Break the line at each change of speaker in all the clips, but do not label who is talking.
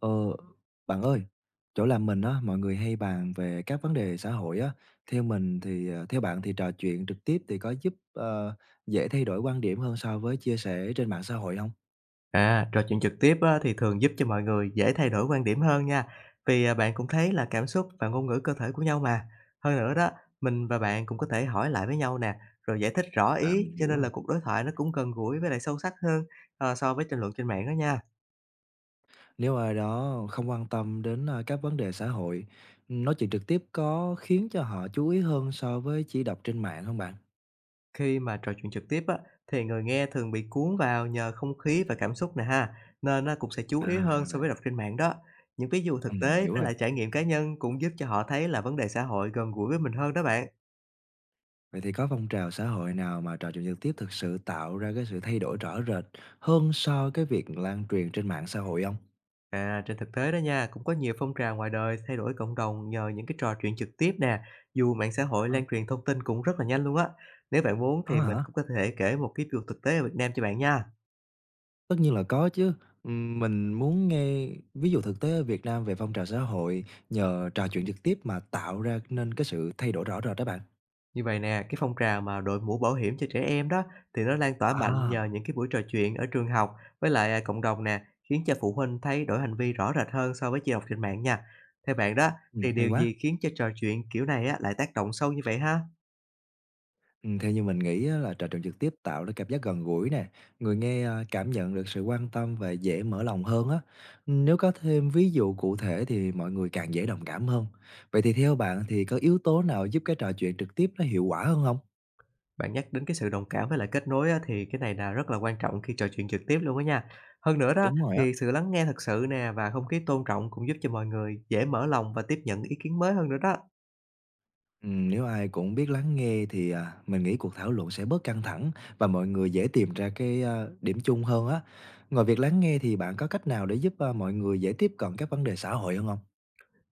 Ờ, bạn ơi, chỗ làm mình á, mọi người hay bàn về các vấn đề xã hội á. Theo mình thì theo bạn thì trò chuyện trực tiếp thì có giúp dễ thay đổi quan điểm hơn so với chia sẻ trên mạng xã hội không?
À, trò chuyện trực tiếp á, thì thường giúp cho mọi người dễ thay đổi quan điểm hơn nha. Vì à, bạn cũng thấy là cảm xúc và ngôn ngữ cơ thể của nhau mà. Hơn nữa đó, mình và bạn cũng có thể hỏi lại với nhau nè, rồi giải thích rõ
À,
ý,
mình
cho
hiểu
nên
rồi.
là cuộc đối thoại nó cũng gần gũi với lại sâu sắc hơn à, so với tranh luận trên mạng đó nha.
Nếu ai đó không quan tâm đến các vấn đề xã hội, nói chuyện trực tiếp có khiến cho họ chú ý hơn so với chỉ đọc trên mạng không bạn?
Khi mà trò chuyện trực tiếp á, thì người nghe thường bị cuốn vào nhờ không khí và cảm xúc nè ha, nên nó cũng sẽ chú ý
À,
hơn
rồi
so
vậy.
với đọc trên mạng đó. Những ví dụ thực
Ừ, mình
tế
hiểu
với
rồi.
lại trải nghiệm cá nhân cũng giúp cho họ thấy là vấn đề xã hội gần gũi với mình hơn đó bạn.
Vậy thì có phong trào xã hội nào mà trò chuyện trực tiếp thực sự tạo ra cái sự thay đổi rõ rệt hơn so cái việc lan truyền trên mạng xã hội không?
À, trên thực tế đó nha, cũng có nhiều phong trào ngoài đời thay đổi cộng đồng nhờ những cái trò chuyện trực tiếp nè, dù mạng xã hội
Ờ,
lan truyền thông tin cũng rất là nhanh luôn á. Nếu bạn muốn
có
thì mình
hả?
cũng có thể kể một cái việc thực tế ở Việt Nam cho bạn nha.
Tất nhiên là có chứ. Mình muốn nghe ví dụ thực tế ở Việt Nam về phong trào xã hội nhờ trò chuyện trực tiếp mà tạo ra nên cái sự thay đổi rõ rệt đó bạn.
Như vậy nè, cái phong trào mà đội mũ bảo hiểm cho trẻ em đó thì nó lan tỏa mạnh
À,
nhờ những cái buổi trò chuyện ở trường học với lại à, cộng đồng nè, khiến cho phụ huynh thay đổi hành vi rõ rệt hơn so với chỉ đọc trên mạng nha. Theo bạn đó thì
hay
điều
quá!
gì khiến cho trò chuyện kiểu này á lại tác động sâu như vậy ha?
Theo như mình nghĩ á là trò chuyện trực tiếp tạo ra cảm giác gần gũi nè, người nghe, cảm nhận được sự quan tâm và dễ mở lòng hơn á. Nếu có thêm ví dụ cụ thể thì mọi người càng dễ đồng cảm hơn. Vậy thì theo bạn thì có yếu tố nào giúp cái trò chuyện trực tiếp nó hiệu quả hơn không?
Bạn nhắc đến cái sự đồng cảm với lại kết nối á, thì cái này là rất là quan trọng khi trò chuyện trực tiếp luôn á nha. Hơn nữa đó,
Đúng rồi á.
thì sự lắng nghe thật sự nè và không khí tôn trọng cũng giúp cho mọi người dễ mở lòng và tiếp nhận ý kiến mới hơn nữa đó.
Nếu ai cũng biết lắng nghe thì, mình nghĩ cuộc thảo luận sẽ bớt căng thẳng và mọi người dễ tìm ra cái, điểm chung hơn á. Ngoài việc lắng nghe thì bạn có cách nào để giúp, mọi người dễ tiếp cận các vấn đề xã hội hơn không?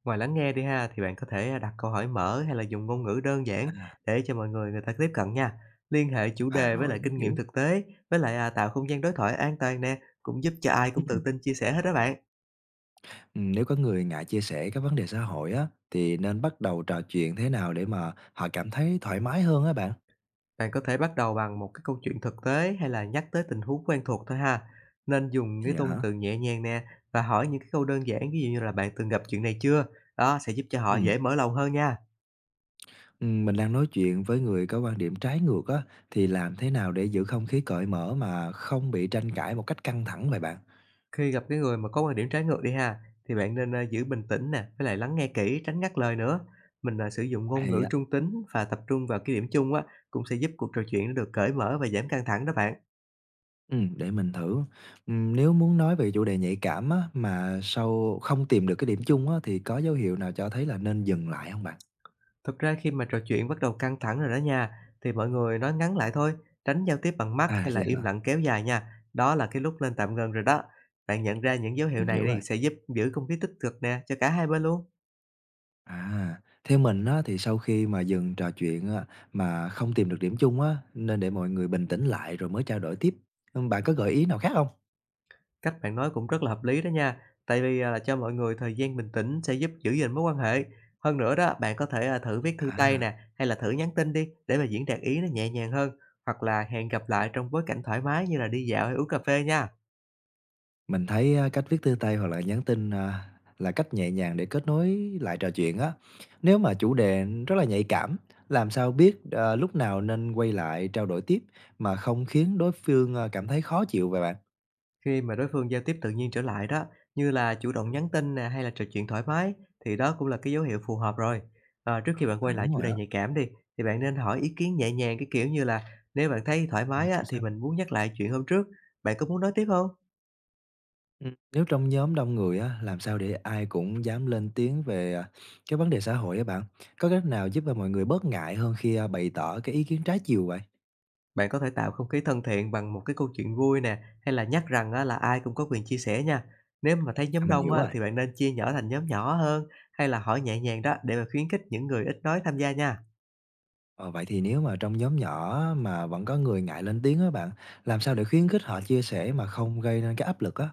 Ngoài lắng nghe đi ha, thì bạn có thể đặt câu hỏi mở hay là dùng ngôn ngữ đơn giản
À,
để cho mọi người người ta tiếp cận nha. Liên hệ chủ
à,
đề với lại
rồi, mình
kinh nghiệm
hiểu.
thực tế, với lại à, tạo không gian đối thoại an toàn nè, cũng giúp cho ai cũng tự
Ừm.
tin chia sẻ hết đó bạn.
Nếu có người ngại chia sẻ các vấn đề xã hội á, thì nên bắt đầu trò chuyện thế nào để mà họ cảm thấy thoải mái hơn á bạn?
Bạn có thể bắt đầu bằng một cái câu chuyện thực tế hay là nhắc tới tình huống quen thuộc thôi ha. Nên dùng cái
Dạ
ngôn
hả?
từ nhẹ nhàng nè và hỏi những cái câu đơn giản ví dụ như là bạn từng gặp chuyện này chưa? Đó sẽ giúp cho họ dễ
Ừm,
mở lòng hơn nha.
mình đang nói chuyện với người có quan điểm trái ngược á, thì làm thế nào để giữ không khí cởi mở mà không bị tranh cãi một cách căng thẳng vậy bạn?
Khi gặp cái người mà có quan điểm trái ngược đi ha thì bạn nên giữ bình tĩnh nè, với lại lắng nghe kỹ, tránh ngắt lời nữa. Mình sử dụng ngôn
Hay
ngữ
á.
trung tính và tập trung vào cái điểm chung á cũng sẽ giúp cuộc trò chuyện nó được cởi mở và giảm căng thẳng đó bạn.
Để mình thử. Nếu muốn nói về chủ đề nhạy cảm á, mà sau không tìm được cái điểm chung á, thì có dấu hiệu nào cho thấy là nên dừng lại không bạn?
Thực ra khi mà trò chuyện bắt đầu căng thẳng rồi đó nha, thì mọi người nói ngắn lại thôi, tránh giao tiếp bằng mắt
À,
hay là
dạ
im
hả?
lặng kéo dài nha. Đó là cái lúc nên tạm ngừng rồi đó. Bạn nhận ra những dấu hiệu
Mình
này
hiểu rồi.
đi sẽ giúp giữ không khí tích cực nè cho cả hai bên luôn.
À, theo mình á, thì sau khi mà dừng trò chuyện á, mà không tìm được điểm chung á, nên để mọi người bình tĩnh lại rồi mới trao đổi tiếp. Bạn có gợi ý nào khác không?
Cách bạn nói cũng rất là hợp lý đó nha. Tại vì à, là cho mọi người thời gian bình tĩnh sẽ giúp giữ gìn mối quan hệ. Hơn nữa đó, bạn có thể à, thử viết thư tay
À,
nè hay là thử nhắn tin đi để mà diễn đạt ý nó nhẹ nhàng hơn hoặc là hẹn gặp lại trong bối cảnh thoải mái như là đi dạo hay uống cà phê nha.
mình thấy á, cách viết thư tay hoặc là nhắn tin là cách nhẹ nhàng để kết nối lại trò chuyện á. Nếu mà chủ đề rất là nhạy cảm, làm sao biết lúc nào nên quay lại trao đổi tiếp mà không khiến đối phương cảm thấy khó chịu vậy bạn?
Khi mà đối phương giao tiếp tự nhiên trở lại đó, như là chủ động nhắn tin nè, hay là trò chuyện thoải mái thì đó cũng là cái dấu hiệu phù hợp rồi. Trước khi bạn
À,
quay lại
đúng
chủ
rồi
đề
á.
nhạy cảm đi, thì bạn nên hỏi ý kiến nhẹ nhàng, cái kiểu như là "Nếu bạn thấy thoải
À,
mái á,
kiểu
thì
sao?
mình muốn nhắc lại chuyện hôm trước, bạn có muốn nói tiếp không?
Nếu trong nhóm đông người á, làm sao để ai cũng dám lên tiếng về, cái vấn đề xã hội á bạn? Có cách nào giúp cho mọi người bớt ngại hơn khi, bày tỏ cái ý kiến trái chiều vậy?
Bạn có thể tạo không khí thân thiện bằng một cái câu chuyện vui nè, hay là nhắc rằng á, là ai cũng có quyền chia sẻ nha. Nếu mà thấy
À,
nhóm
mình
đông
hiểu
á,
rồi.
thì bạn nên chia nhỏ thành nhóm nhỏ hơn, hay là hỏi nhẹ nhàng đó để mà khuyến khích những người ít nói tham gia nha.
Ờ, vậy thì nếu mà trong nhóm nhỏ mà vẫn có người ngại lên tiếng á bạn, làm sao để khuyến khích họ chia sẻ mà không gây nên cái áp lực á?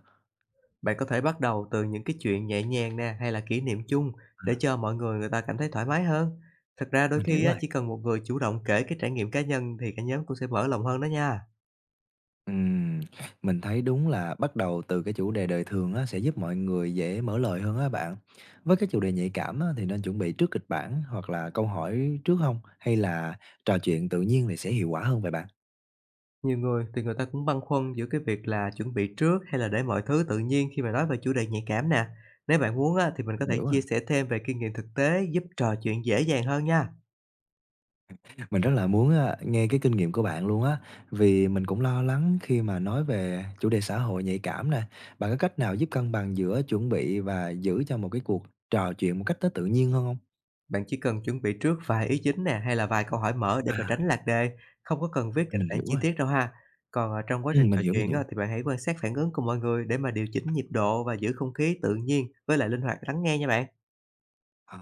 Bạn có thể bắt đầu từ những cái chuyện nhẹ nhàng nè hay là kỷ niệm chung
À,
để cho mọi người người ta cảm thấy thoải mái hơn. Thật ra đôi
mình hiểu
khi á,
rồi.
chỉ cần một người chủ động kể cái trải nghiệm cá nhân thì cả nhóm cũng sẽ mở lòng hơn đó nha.
Ừm, mình thấy đúng là bắt đầu từ cái chủ đề đời thường á, sẽ giúp mọi người dễ mở lời hơn á bạn. Với cái chủ đề nhạy cảm á, thì nên chuẩn bị trước kịch bản hoặc là câu hỏi trước không? Hay là trò chuyện tự nhiên thì sẽ hiệu quả hơn vậy bạn?
Nhiều người thì người ta cũng băn khoăn giữa cái việc là chuẩn bị trước hay là để mọi thứ tự nhiên khi mà nói về chủ đề nhạy cảm nè. Nếu bạn muốn á, thì mình có
Mình
thể
hiểu rồi.
chia sẻ thêm về kinh nghiệm thực tế giúp trò chuyện dễ dàng hơn nha.
Mình rất là muốn, nghe cái kinh nghiệm của bạn luôn á, vì mình cũng lo lắng khi mà nói về chủ đề xã hội nhạy cảm nè. Bạn có cách nào giúp cân bằng giữa chuẩn bị và giữ cho một cái cuộc trò chuyện một cách nó tự nhiên hơn hông?
Bạn chỉ cần chuẩn bị trước vài ý chính nè, hay là vài câu hỏi mở để mà
À,
tránh lạc đề, không có cần viết kịch
mình
bản
hiểu
chi
rồi.
tiết đâu ha. Còn, trong quá trình
Mình
trò
hiểu, mình
chuyện
hiểu.
á, thì bạn hãy quan sát phản ứng của mọi người để mà điều chỉnh nhịp độ và giữ không khí tự nhiên với lại linh hoạt lắng nghe nha bạn.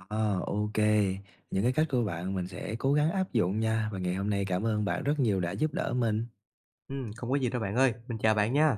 À, ô những cái cách của bạn mình sẽ cố gắng áp dụng nha. Và ngày hôm nay cảm ơn bạn rất nhiều đã giúp đỡ mình.
Không có gì đâu bạn ơi, mình chào bạn nha.